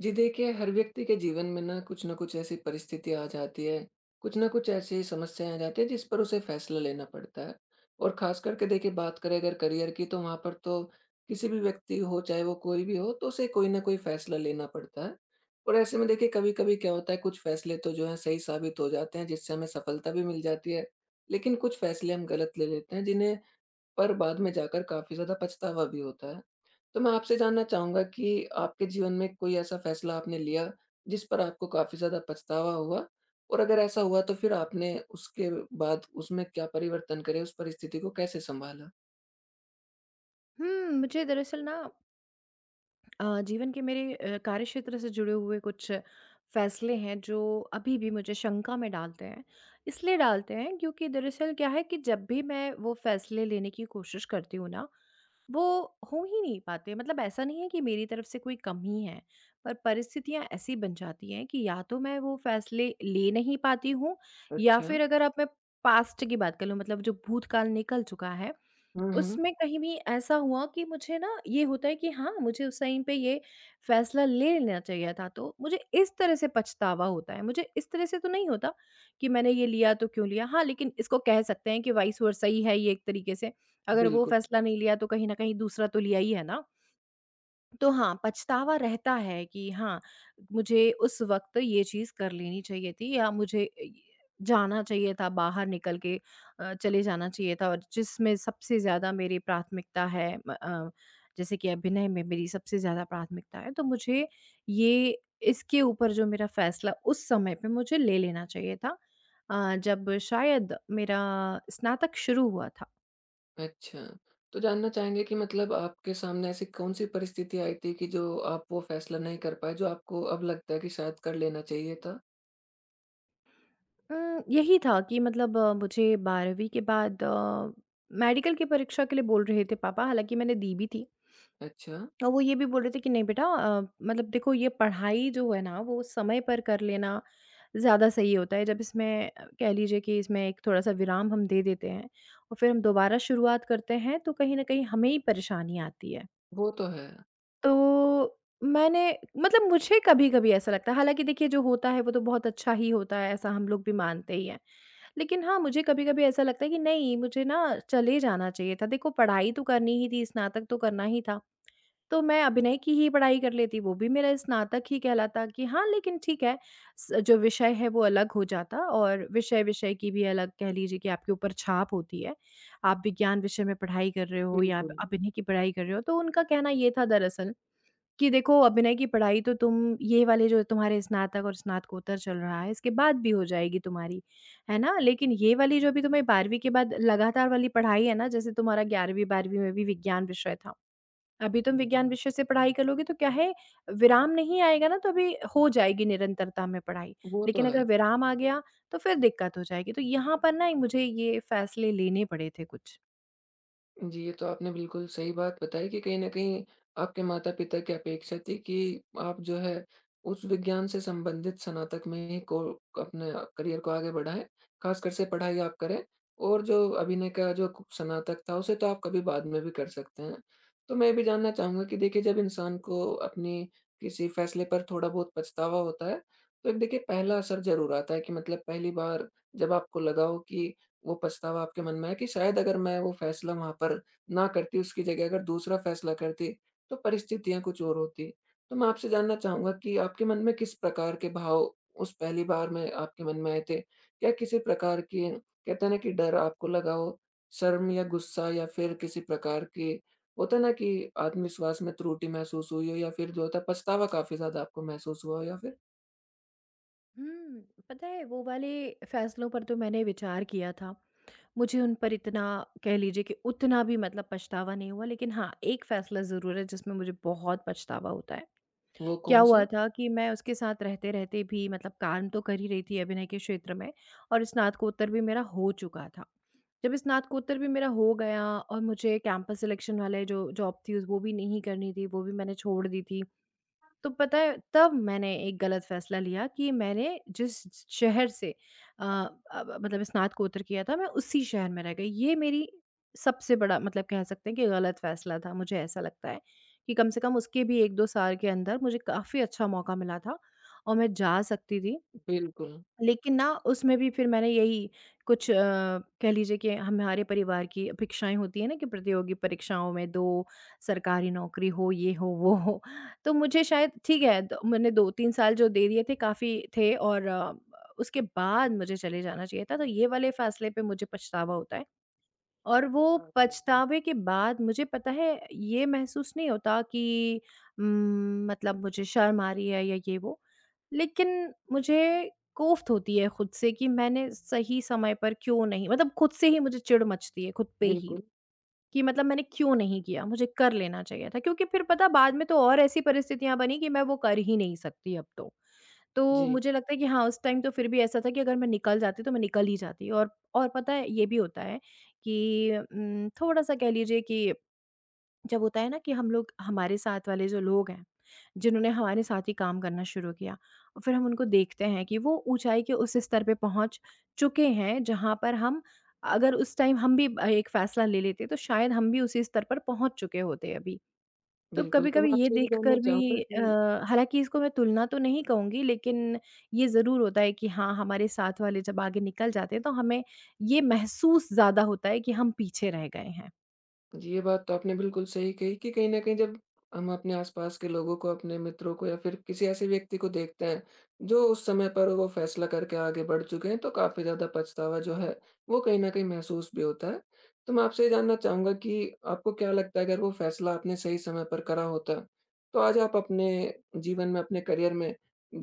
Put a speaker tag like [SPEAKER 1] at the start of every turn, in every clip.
[SPEAKER 1] जी देखिए, हर व्यक्ति के जीवन में ना कुछ न कुछ ऐसी परिस्थितियाँ आ जाती है, कुछ न कुछ ऐसी समस्याएँ आ जाती है जिस पर उसे फैसला लेना पड़ता है। और ख़ास करके देखिए, बात करें अगर करियर की, तो वहाँ पर तो किसी भी व्यक्ति हो, चाहे वो कोई भी हो, तो उसे कोई न कोई फैसला लेना पड़ता है। और ऐसे में देखिए, कभी-कभी क्या होता है, कुछ फैसले तो जो है सही साबित हो जाते हैं, जिससे हमें सफलता भी मिल जाती है। लेकिन कुछ फैसले हम गलत ले लेते हैं, जिन्हें पर बाद में जाकर काफ़ी ज़्यादा पछतावा भी होता है। तो मैं आपसे जानना चाहूँगा कि आपके जीवन में कोई ऐसा फ़ैसला आपने लिया, जिस पर आपको काफ़ी ज़्यादा पछतावा हुआ? और अगर ऐसा हुआ, तो फिर आपने उसके बाद उसमें क्या परिवर्तन करे, उस परिस्थिति को कैसे सँभाला?
[SPEAKER 2] मुझे दरअसल ना जीवन के मेरे कार्य क्षेत्र से जुड़े हुए कुछ फ़ैसले हैं जो अभी भी मुझे शंका में डालते हैं। इसलिए डालते हैं क्योंकि दरअसल क्या है कि जब भी मैं वो फ़ैसले लेने की कोशिश करती हूँ ना, वो हो ही नहीं पाते। मतलब ऐसा नहीं है कि मेरी तरफ से कोई कमी है, पर परिस्थितियाँ ऐसी बन जाती हैं कि या तो मैं वो फ़ैसले ले नहीं पाती हूँ या
[SPEAKER 1] अच्छा।
[SPEAKER 2] फिर अगर अब मैं पास्ट की बात कर लूँ, मतलब जो भूतकाल निकल चुका है,
[SPEAKER 1] हुँ, हुँ।
[SPEAKER 2] उसमें कहीं भी ऐसा हुआ कि मुझे ना ये होता है कि हाँ, मुझे उस टाइम पे ये फ़ैसला ले लेना चाहिए था, तो मुझे इस तरह से पछतावा होता है। मुझे इस तरह से तो नहीं होता कि मैंने ये लिया तो क्यों लिया? हाँ, लेकिन इसको कह सकते हैं कि वाइस वर्सा ही है ये एक तरीके से। अगर वो
[SPEAKER 1] बिल्कुल।
[SPEAKER 2] फ़ैसला नहीं लिया तो कहीं न कहीं दूसरा तो लिया ही है ना। तो हाँ, पछतावा रहता है कि हाँ, मुझे उस वक़्त ये चीज़ कर लेनी चाहिए थी या मुझे अ, य जाना चाहिए था, बाहर निकल के चले जाना चाहिए था और जिसमें सबसे ज़्यादा मेरी प्राथमिकता है, जैसे कि अभिनय में मेरी सबसे ज़्यादा प्राथमिकता है, तो मुझे ये इसके ऊपर जो मेरा फ़ैसला उस समय पे मुझे ले लेना चाहिए था जब शायद मेरा स्नातक शुरू हुआ था।
[SPEAKER 1] अच्छा। तो जानना चाहेंगे कि मतलब आपके सामने ऐसी कौन-सी परिस्थिति आई थी कि जो आप वो फ़ैसला नहीं कर पाए, जो आपको अब लगता है कि शायद कर लेना चाहिए था?
[SPEAKER 2] यही था कि मतलब मुझे 12वीं के बाद मेडिकल की परीक्षा के लिए बोल रहे थे पापा, हालाँकि मैंने दी भी थी।
[SPEAKER 1] अच्छा।
[SPEAKER 2] और वो ये भी बोल रहे थे कि नहीं बेटा मतलब देखो ये पढ़ाई जो है ना वो समय पर कर लेना ज़्यादा सही होता है। जब इसमें कह लीजिए कि इसमें एक थोड़ा-सा विराम हम दे देते हैं और फिर हम दोबारा शुरुआत करते हैं, तो कहीं न कहीं हमें ही परेशानी आती है।
[SPEAKER 1] वो तो है।
[SPEAKER 2] तो मैंने मतलब मुझे कभी-कभी ऐसा लगता है, हालाँकि देखिए जो होता है वो तो बहुत अच्छा ही होता है, ऐसा हम लोग भी मानते ही हैं। लेकिन हाँ, मुझे कभी-कभी ऐसा लगता है कि नहीं, मुझे ना चले जाना चाहिए था। देखो पढ़ाई तो करनी ही थी, स्नातक तो करना ही था। तो मैं अभिनय की ही पढ़ाई कर लेती, वो भी मेरा स्नातक ही कहलाता कि हाँ, लेकिन ठीक है, स जो विषय है वो अलग हो जाता और विषय-विषय की भी अलग, कह लीजिए कि आपके ऊपर छाप होती है। आप विज्ञान विषय में पढ़ाई कर रहे हो या आप
[SPEAKER 1] बिल्कुल,
[SPEAKER 2] अभिनय की पढ़ाई कर रहे हो, तो उनका कहना ये था दरअसल कि देखो अभिनय की पढ़ाई तो तुम ये वाले जो तुम्हारे स्नातक और स्नातकोत्तर चल रहा है इसके बाद भी हो जाएगी तुम्हारी, है ना? लेकिन ये वाली जो अभी तुम्हें 12वीं के बाद लगातार वाली पढ़ाई है ना, जैसे तुम्हारा 11वीं-12वीं में भी विज्ञान विषय था। अभी तुम विज्ञान विषय से पढ़ाई कर लोगे तो क्या है, विराम नहीं आएगा ना, तो अभी हो जाएगी निरंतरता में पढ़ाई।
[SPEAKER 1] वो तो
[SPEAKER 2] लेकिन अगर
[SPEAKER 1] है।
[SPEAKER 2] विराम आ गया तो फिर दिक्कत हो जाएगी। तो यहाँ पर ना मुझे ये फैसले लेने पड़े थे कुछ।
[SPEAKER 1] जी, ये तो आपने बिल्कुल सही बात बताई कि कहीं न कहीं आपके माता-पिता की अपेक्षा थी कि आप जो है उस विज्ञान से संबंधित स्नातक में ही को अपने करियर को आगे बढ़ाएँ, ख़ासकर से पढ़ाई आप करें, और जो अभिनय का जो स्नातक था उसे तो आप कभी बाद में भी कर सकते हैं। तो मैं ये भी जानना चाहूँगा कि देखिए, जब इंसान को अपनी किसी फ़ैसले पर थोड़ा बहुत पछतावा होता है, तो एक देखिए पहला असर ज़रूर आता है कि मतलब पहली बार जब आपको लगा हो कि वो पछतावा आपके मन में है कि शायद अगर मैं वो फ़ैसला वहाँ पर ना करती, उसकी जगह अगर दूसरा फ़ैसला करती, तो परिस्थितियाँ कुछ और होती। तो मैं आपसे जानना चाहूँगा कि आपके मन में किस प्रकार के भाव उस पहली बार में आपके मन में आए थे? क्या किसी प्रकार की, कहते हैं ना, कि डर आपको लगा हो, शर्म या गुस्सा, या फिर किसी प्रकार की, होता है ना, कि आत्मविश्वास में त्रुटि महसूस हुई हो, या फिर जो होता है पछतावा काफ़ी ज़्यादा आपको महसूस हुआ हो, या फिर
[SPEAKER 2] हुँ, पता है, वो वाले फ़ैसलों पर तो मैंने विचार किया था। मुझे उन पर इतना, कह लीजिए कि उतना भी मतलब पछतावा नहीं हुआ, लेकिन हाँ, एक फ़ैसला ज़रूर है जिसमें मुझे बहुत पछतावा होता है।
[SPEAKER 1] वो
[SPEAKER 2] क्या हुआ
[SPEAKER 1] कौन-सा?
[SPEAKER 2] था कि मैं उसके साथ रहते-रहते भी मतलब काम तो कर ही रही थी अभिनय के क्षेत्र में और स्नातकोत्तर भी मेरा हो चुका था। जब स्नातकोत्तर भी मेरा हो गया और मुझे कैंपस सिलेक्शन वाले जो जॉब थी उस वो भी नहीं करनी थी, वो भी मैंने छोड़ दी थी। तो पता है, तब मैंने एक गलत फ़ैसला लिया कि मैंने जिस शहर से अब मतलब स्नातकोत्तर किया था मैं उसी शहर में रह गई। ये मेरी सबसे बड़ा मतलब कह सकते हैं कि गलत फ़ैसला था, मुझे ऐसा लगता है, कि कम से कम उसके भी 1-2 साल के अंदर मुझे काफ़ी अच्छा मौका मिला था और मैं जा सकती थी।
[SPEAKER 1] बिल्कुल।
[SPEAKER 2] लेकिन ना उसमें भी फिर मैंने यही कुछ, कह लीजिए कि हमारे परिवार की अपेक्षाएँ होती है ना कि प्रतियोगी परीक्षाओं में दो, सरकारी नौकरी हो, ये हो, वो हो। तो मुझे शायद ठीक है, द मैंने 2-3 साल जो दे दिए थे काफ़ी थे और उसके बाद मुझे चले जाना चाहिए था। तो ये वाले फ़ैसले पे मुझे पछतावा होता है। और वो पछतावे के बाद मुझे पता है ये महसूस नहीं होता कि मतलब मुझे शर्म आ रही है या ये वो। लेकिन मुझे कोफ्त होती है खुद से कि मैंने सही समय पर क्यों नहीं, मतलब खुद से ही मुझे चिढ़ मचती है खुद पे ही,
[SPEAKER 1] बिल्कुल।
[SPEAKER 2] कि मतलब मैंने क्यों नहीं किया, मुझे कर लेना चाहिए था। क्योंकि फिर पता बाद में तो और ऐसी परिस्थितियाँ बनी कि मैं वो कर ही नहीं सकती अब तो। तो
[SPEAKER 1] जी।
[SPEAKER 2] मुझे लगता है कि हाँ, उस टाइम तो फिर भी ऐसा था कि अगर मैं निकल जाती तो मैं निकल ही जाती, और पता है, ये भी होता है कि थोड़ा-सा, कह लीजिए कि जब होता है ना कि हम लोग, हमारे साथ वाले जो लोग हैं, जिन्होंने हमारे साथ ही काम करना शुरू किया और फिर हम उनको देखते हैं कि वो ऊँचाई के उस स्तर पे पहुँच चुके हैं जहाँ पर हम, अगर उस टाइम हम भी एक फ़ैसला ले लेते तो शायद हम भी उसी स्तर पर पहुँच चुके होते अभी। तो
[SPEAKER 1] बिल्कुल, तो मैं
[SPEAKER 2] कभी-कभी ये
[SPEAKER 1] आपसे ये भी जानना
[SPEAKER 2] देखकर
[SPEAKER 1] चाहूँगा
[SPEAKER 2] भी,
[SPEAKER 1] कि
[SPEAKER 2] हालाँकि इसको मैं तुलना तो नहीं कहूँगी, लेकिन ये ज़रूर होता है कि हाँ, हमारे साथ वाले जब आगे निकल जाते हैं तो हमें ये महसूस ज़्यादा होता है कि हम पीछे रह गए हैं।
[SPEAKER 1] जी, ये बात तो आपने बिल्कुल सही कही कि कहीं न कहीं जब हम अपने आस-पास के लोगों को, अपने मित्रों को, या फिर किसी ऐसे व्यक्ति को देखते हैं, जो उस समय पर वो फैसला करके आगे बढ़ चुके हैं, तो काफ़ी ज़्यादा पछतावा जो है, वो कहीं न कहीं महसूस भी होता है। तो मैं आपसे ये जानना चाहूँगा कि आपको क्या लगता है, अगर वो फैसला आपने सही समय पर करा होता, तो आज आप अपने जीवन में, अपने करियर में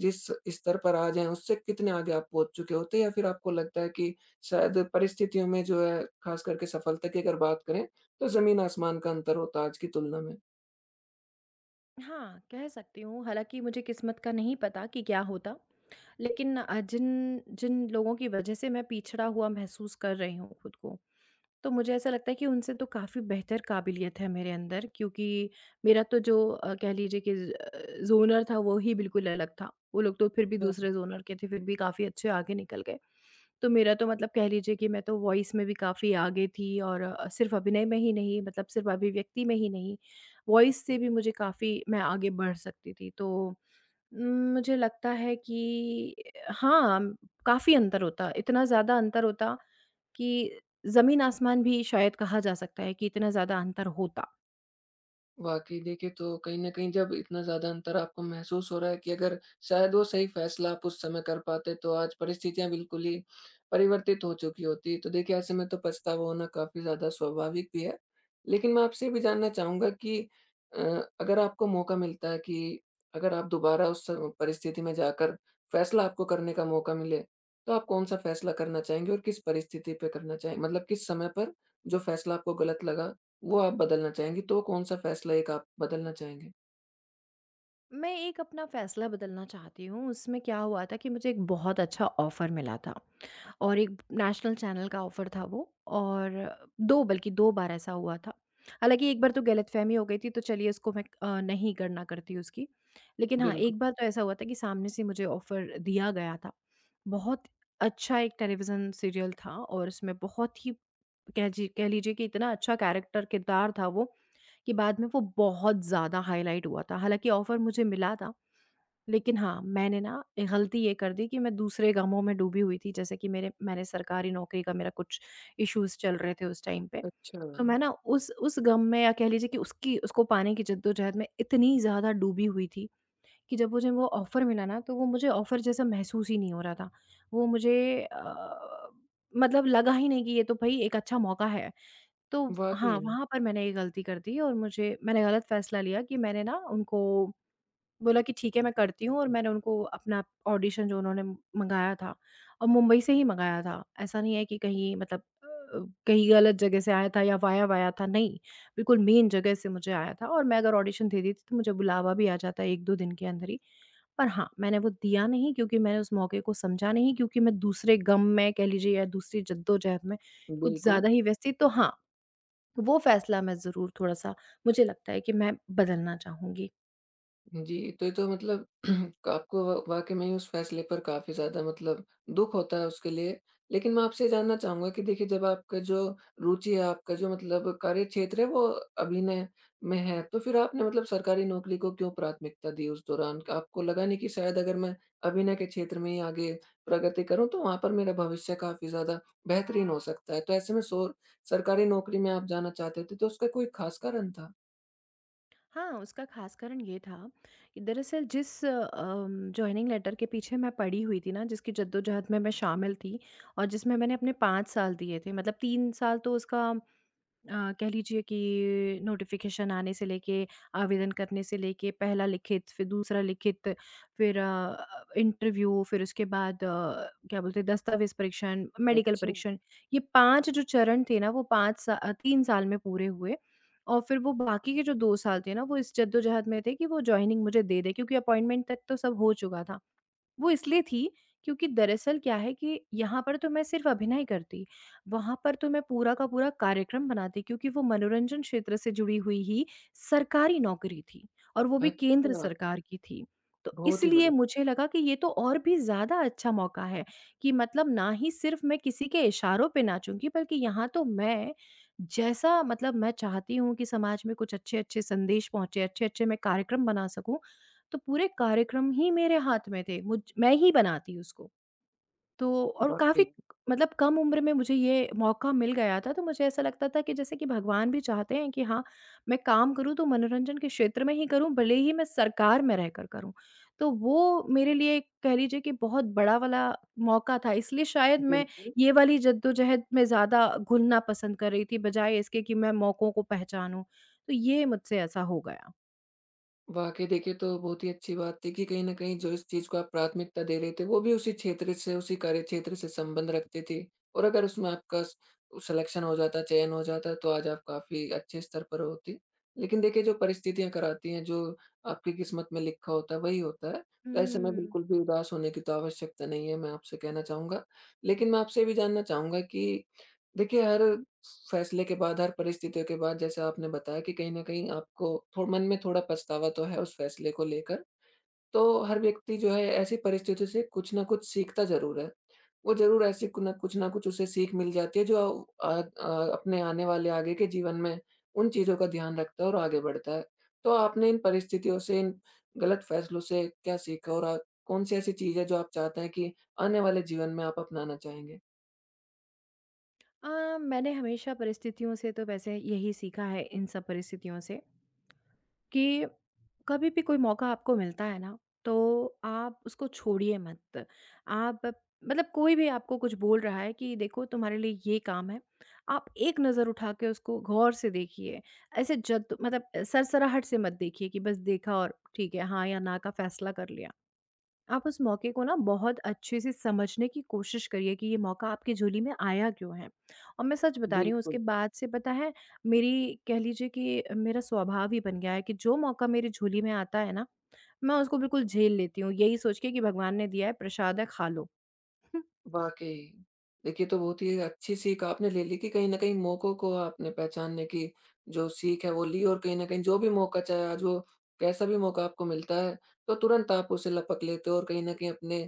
[SPEAKER 1] जिस स्तर पर आज हैं, उससे कितने आगे आप पहुँच चुके होते? या फिर आपको लगता है कि शायद परिस्थितियों में जो है, ख़ास करके सफलता की अगर बात करें, तो ज़मीन आसमान का अंतर होता आज की तुलना में।
[SPEAKER 2] हाँ, कह सकती हूँ, हालाँकि मुझे किस्मत का नहीं पता कि क्या होता। लेकिन जिन जिन लोगों की वजह से मैं पिछड़ा हुआ महसूस कर रही हूँ खुद को, तो मुझे ऐसा लगता है कि उनसे तो काफ़ी बेहतर काबिलियत है मेरे अंदर, क्योंकि मेरा तो जो कह लीजिए कि ज़ोनर था वो ही बिल्कुल अलग था। वो लोग तो फिर भी दूसरे ज़ोनर के थे, फिर भी काफ़ी अच्छे आगे निकल गए। तो मेरा तो मतलब कह लीजिए कि मैं तो वॉइस में भी काफ़ी आगे थी और सिर्फ़ अभिनय में ही नहीं, मतलब सिर्फ़ अभिव्यक्ति में ही नहीं, वॉइस से भी मुझे काफ़ी, मैं आगे बढ़ सकती थी। तो उम, मुझे लगता है कि हाँ, काफ़ी अंतर होता, इतना ज़्यादा अंतर होता कि ज़मीन-आसमान भी शायद कहा जा सकता है कि इतना ज़्यादा अंतर होता।
[SPEAKER 1] वाक़ई देखिए, तो कहीं न कहीं जब इतना ज़्यादा अंतर आपको महसूस हो रहा है कि अगर शायद वो सही फ़ैसला आप उस समय कर पाते, तो आज परिस्थितियाँ बिल्कुल ही परिवर्तित हो चुकी होती। तो देखिए, ऐसे में तो पछतावा होना काफ़ी ज़्यादा स्वाभाविक भी है। लेकिन मैं आपसे ये भी जानना चाहूँगा कि अ, अगर आपको मौका मिलता है कि अगर आप दोबारा उस स परिस्थिति में जाकर फ़ैसला आपको करने का मौका मिले, तो आप कौन-सा फ़ैसला करना चाहेंगे और किस परिस्थिति पे करना चाहें, मतलब किस समय पर जो फ़ैसला आपको गलत लगा वो आप बदलना चाहेंगी, तो कौन-सा फैसला एक आप बदलना चाहेंगे?
[SPEAKER 2] मैं एक अपना फ़ैसला बदलना चाहती हूँ, उसमें क्या हुआ था कि मुझे एक बहुत अच्छा ऑफ़र मिला था। और एक नेशनल चैनल का ऑफ़र था वो, और 2, बल्कि 2 बार ऐसा हुआ था। हालाँकि एक बार तो गलतफ़हमी हो गई थी, तो चलिए इसको मैं नहीं गणना करती उसकी। लेकिन हाँ,
[SPEAKER 1] बिल्कुल।
[SPEAKER 2] एक बार तो ऐसा हुआ था कि सामने से मुझे ऑफ़र दिया गया था। बहुत अच्छा एक टेलीविज़न सीरियल था और उसमें बहुत ही, कह लीजिए कि इतना अच्छा कैरेक्टर किरदार था वो, कि बाद में वो बहुत ज़्यादा हाइलाइट हुआ था। हालाँकि ऑफ़र मुझे मिला था, लेकिन हाँ, मैंने ना गलती ये कर दी कि मैं दूसरे गमों में डूबी हुई थी, जैसे कि मेरे मैंने सरकारी नौकरी का मेरा कुछ इश्यूज़ चल रहे थे उस टाइम पे।
[SPEAKER 1] अच्छा।
[SPEAKER 2] तो मैं ना उस गम में, या कह लीजिए कि उसकी उसको पाने की जद्दोजहद में इतनी ज़्यादा डूबी हुई थी कि जब मुझे वो ऑफ़र मिला ना, तो वो मुझे ऑफ़र जैसा महसूस ही नहीं हो रहा था। वो मुझे अ, मतलब लगा ही नहीं कि ये तो भई एक अच्छा मौका है। तो
[SPEAKER 1] वाक़ई
[SPEAKER 2] हाँ,
[SPEAKER 1] में।
[SPEAKER 2] वहाँ पर मैंने ये गलती कर दी और मुझे मैंने गलत फ़ैसला लिया कि मैंने ना उनको बोला कि ठीक है मैं करती हूँ, और मैंने उनको अपना ऑडिशन जो उन्होंने मँगाया था और मुंबई से ही मँगाया था। ऐसा नहीं है कि कहीं मतलब अ, कहीं गलत जगह से आया था या वाया-वाया था, नहीं। बिल्कुल मेन जगह से मुझे आया था और मैं अगर ऑडिशन दे देती तो मुझे बुलावा भी आ जाता 1-2 दिन के अंदर ही। पर हाँ, मैंने वो दिया नहीं क्योंकि मैंने उस मौके को समझा नहीं, क्योंकि मैं दूसरे गम में, कह लीजिए, या दूसरी जद्दोजहद में कुछ
[SPEAKER 1] बिल्कुल।
[SPEAKER 2] ज़्यादा ही व्यस्त थी। तो हाँ, वो फ़ैसला मैं ज़रूर थोड़ा-सा, मुझे लगता है कि मैं बदलना चाहूँगी।
[SPEAKER 1] जी, तो ये तो मतलब आपको व वाक़ई में ही उस फ़ैसले पर काफ़ी ज़्यादा मतलब दुःख होता है उसके लिए। लेकिन मैं आपसे ये जानना चाहूँगा कि देखिए, जब आपका जो रुचि है, आपका जो मतलब कार्यक्षेत्र है वो अभिनय में है, तो फिर आपने मतलब सरकारी नौकरी को क्यों प्राथमिकता दी उस दौरान? आपको लगा नहीं कि शायद अगर मैं अभिनय के क्षेत्र में ही आगे प्रगति करूँ तो वहाँ पर मेरा भविष्य काफ़ी ज़्यादा बेहतरीन हो सकता है। तो ऐसे में सोर सरकारी नौकरी में आप जाना चाहते थे, तो उसका कोई ख़ास कारण था?
[SPEAKER 2] हाँ, उसका ख़ास कारण ये था कि दरअसल जिस जॉइनिंग लेटर के पीछे मैं पड़ी हुई थी ना, जिसकी जद्दोजहद में मैं शामिल थी और जिसमें मैंने अपने 5 साल दिए थे, मतलब 3 साल तो उसका कह लीजिए कि नोटिफ़िकेशन आने से लेके, आवेदन करने से लेके पहला लिखित, फिर दूसरा लिखित, फिर इंटरव्यू, फिर उसके बाद क्या बोलते हैं दस्तावेज़ परीक्षण, मेडिकल
[SPEAKER 1] अच्छा, अच्छा।
[SPEAKER 2] परीक्षण। ये 5 जो चरण थे ना वो 3 साल में पूरे हुए और फिर वो बाकी के जो 2 साल थे ना वो इस जद्दोजहद में थे कि वो जॉइनिंग मुझे दे दें क्योंकि अपॉइंटमेंट तक तो सब हो चुका था। वो इसलिए थी क्योंकि दरअसल क्या है कि यहाँ पर तो मैं सिर्फ़ अभिनय करती, वहाँ पर तो मैं पूरा का पूरा कार्यक्रम बनाती क्योंकि वो मनोरंजन क्षेत्र से जुड़ी हुई ही सरकारी नौकरी थी और वो भी
[SPEAKER 1] अच्छा,
[SPEAKER 2] केंद्र सरकार की थी। तो
[SPEAKER 1] बहुत ही
[SPEAKER 2] इसलिए
[SPEAKER 1] बढ़िया।
[SPEAKER 2] मुझे लगा कि ये तो और भी ज़्यादा अच्छा मौका है कि मतलब ना ही सिर्फ़ मैं किसी के इशारों पे नाचूँगी, बल्कि यहाँ तो मैं जैसा मतलब मैं चाहती हूँ कि समाज में कुछ अच्छे-अच्छे संदेश पहुँचे, अच्छे-अच्छे मैं कार्यक्रम बना सकूँ, तो पूरे कार्यक्रम ही मेरे हाथ में थे। मुझ मैं ही बनाती उसको। तो और काफ़ी
[SPEAKER 1] वाक़ई।
[SPEAKER 2] मतलब कम उम्र में मुझे ये मौका मिल गया था, तो मुझे ऐसा लगता था कि जैसे कि भगवान भी चाहते हैं कि हाँ, मैं काम करूँ तो मनोरंजन के क्षेत्र में ही करूँ, भले ही मैं सरकार में रहकर करूँ। तो वो मेरे लिए कह लीजिए कि बहुत बड़ा वाला मौका था, इसलिए शायद मैं
[SPEAKER 1] बिल्कुल।
[SPEAKER 2] ये वाली जद्दोजहद में ज़्यादा घुलना पसंद कर रही थी, बजाए इसके कि मैं मौकों को पहचानूँ। तो ये मुझसे ऐसा हो गया।
[SPEAKER 1] वाक़ई देखिए, तो बहुत ही अच्छी बात थी कि कहीं न कहीं जो इस चीज़ को आप प्राथमिकता दे रहे थे, वो भी उसी क्षेत्र से, उसी कार्यक्षेत्र से संबंध रखती थी, और अगर उसमें आपका स सिलेक्शन हो जाता, चयन हो जाता, तो आज आप काफ़ी अच्छे स्तर पर होती। लेकिन देखिए, जो परिस्थितियाँ कराती हैं, जो आपकी किस्मत में लिखा होता है, वही होता है। तो ऐसे में
[SPEAKER 2] हुँ।
[SPEAKER 1] बिल्कुल भी उदास होने की तो आवश्यकता नहीं है, मैं आपसे कहना चाहूँगा। लेकिन मैं आपसे ये भी जानना चाहूँगा कि देखिए, हर फैसले के बाद, हर परिस्थितियों के बाद, जैसा आपने बताया कि कहीं न कहीं आपको थो मन में थोड़ा पछतावा तो है उस फैसले को लेकर। तो हर व्यक्ति जो है ऐसी परिस्थितियों से कुछ न कुछ सीखता ज़रूर है। वो ज़रूर ऐसी कु न कुछ न कुछ उसे सीख मिल जाती है जो अपने आने वाले आगे के जीवन में उन चीज़ों का ध्यान रखता है और आगे बढ़ता है। तो आपने इन परिस्थितियों से, इन गलत फैसलों से क्या सीखा, और कौन-सी ऐसी चीज़ है जो आप चाहते हैं कि आने वाले जीवन में आप अपनाना चाहेंगे?
[SPEAKER 2] मैंने हमेशा परिस्थितियों से तो वैसे यही सीखा है इन सब परिस्थितियों से कि कभी भी कोई मौका आपको मिलता है ना, तो आप उसको छोड़िए मत। आप मतलब कोई भी आपको कुछ बोल रहा है कि देखो तुम्हारे लिए ये काम है, आप एक नज़र उठा के उसको गौर से देखिए। ऐसे जद मतलब सरसराहट से मत देखिए कि बस देखा और ठीक है, हाँ या ना का फैसला कर लिया। आप उस मौके को ना बहुत अच्छे से समझने की कोशिश करिए कि ये मौका आपकी झोली में आया क्यों है। और मैं सच बता रही हूँ, उसके
[SPEAKER 1] बिल्कुल।
[SPEAKER 2] बाद से पता है मेरी, कह लीजिए कि मेरा स्वभाव ही बन गया है कि जो मौका मेरी झोली में आता है ना, मैं उसको बिल्कुल झेल लेती हूँ, यही सोच के कि भगवान ने दिया है, प्रसाद है, खा लो।
[SPEAKER 1] वाक़ई। देखिए, तो बहुत ही अच्छी सीख आपने ले ली कि कहीं न कहीं मौकों को आपने पहचानने की जो सीख है वो ली, और कहीं न कहीं जो भी मौका, चाहे आज वो कैसा भी मौका आपको मिलता है, तो तुरंत आप उसे लपक लेते हो और कहीं न कहीं अपने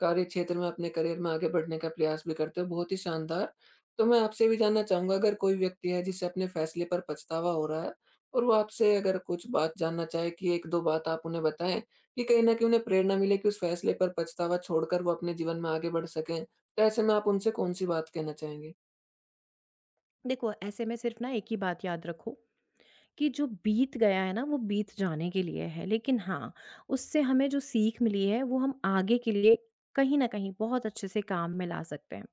[SPEAKER 1] कार्यक्षेत्र में, अपने करियर में आगे बढ़ने का प्रयास भी करते हो। बहुत ही शानदार। तो मैं आपसे भी जानना चाहूँगा, अगर कोई व्यक्ति है जिसे अपने फैसले पर पछतावा हो रहा है और वो आपसे अगर कुछ बात जानना चाहे कि 1-2 बात आप उन्हें बताएँ कि कहीं न कहीं उन्हें प्रेरणा मिले कि उस फैसले पर पछतावा छोड़कर वो अपने जीवन में आगे बढ़ सकें, तो ऐसे में आप उनसे कौन-सी बात कहना चाहेंगे?
[SPEAKER 2] देखो, ऐसे में सिर्फ ना एक ही बात याद रखो कि जो बीत गया है ना, वो बीत जाने के लिए है, लेकिन हाँ, उससे हमें जो सीख मिली है वो हम आगे के लिए कहीं ना कहीं बहुत अच्छे से काम में ला सकते हैं।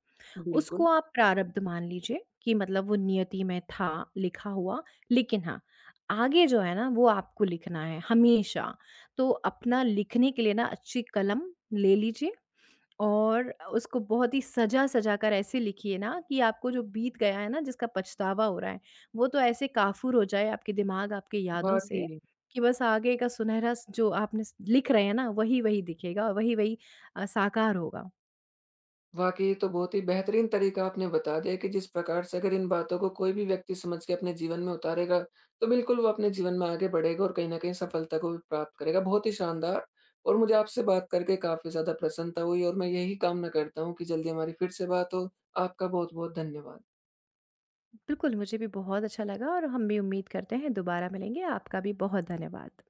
[SPEAKER 2] उसको
[SPEAKER 1] बिल्कुल।
[SPEAKER 2] आप प्रारब्ध मान लीजिए कि मतलब वो नियति में था, लिखा हुआ। लेकिन हाँ, आगे जो है ना वो आपको लिखना है हमेशा। तो अपना लिखने के लिए ना अच्छी कलम ले लीजिए और उसको बहुत ही सजा-सजा कर ऐसे लिखिए ना कि आपको जो बीत गया है ना, जिसका पछतावा हो रहा है, वो तो ऐसे काफ़ूर हो जाए आपके दिमाग, आपके यादों से
[SPEAKER 1] वाक़ई,
[SPEAKER 2] कि बस आगे का सुनहरा स जो आपने स लिख रहे हैं ना, वही-वही दिखेगा और वही-वही साकार होगा।
[SPEAKER 1] वाक़ई ये तो बहुत ही बेहतरीन तरीका आपने बता दिया कि जिस प्रकार से अगर इन बातों को कोई भी व्यक्ति समझ के अपने जीवन में उतारेगा, तो बिल्कुल वो अपने जीवन में आगे बढ़ेगा और कहीं न कहीं सफलता को भी प्राप्त करेगा। बहुत ही शानदार, और मुझे आपसे बात करके काफ़ी ज़्यादा प्रसन्नता हुई, और मैं यही कामना करता हूँ कि जल्दी हमारी फिर से बात हो। आपका बहुत-बहुत धन्यवाद।
[SPEAKER 2] बिल्कुल, मुझे भी बहुत अच्छा लगा और हम भी उम्मीद करते हैं दोबारा मिलेंगे। आपका भी बहुत धन्यवाद।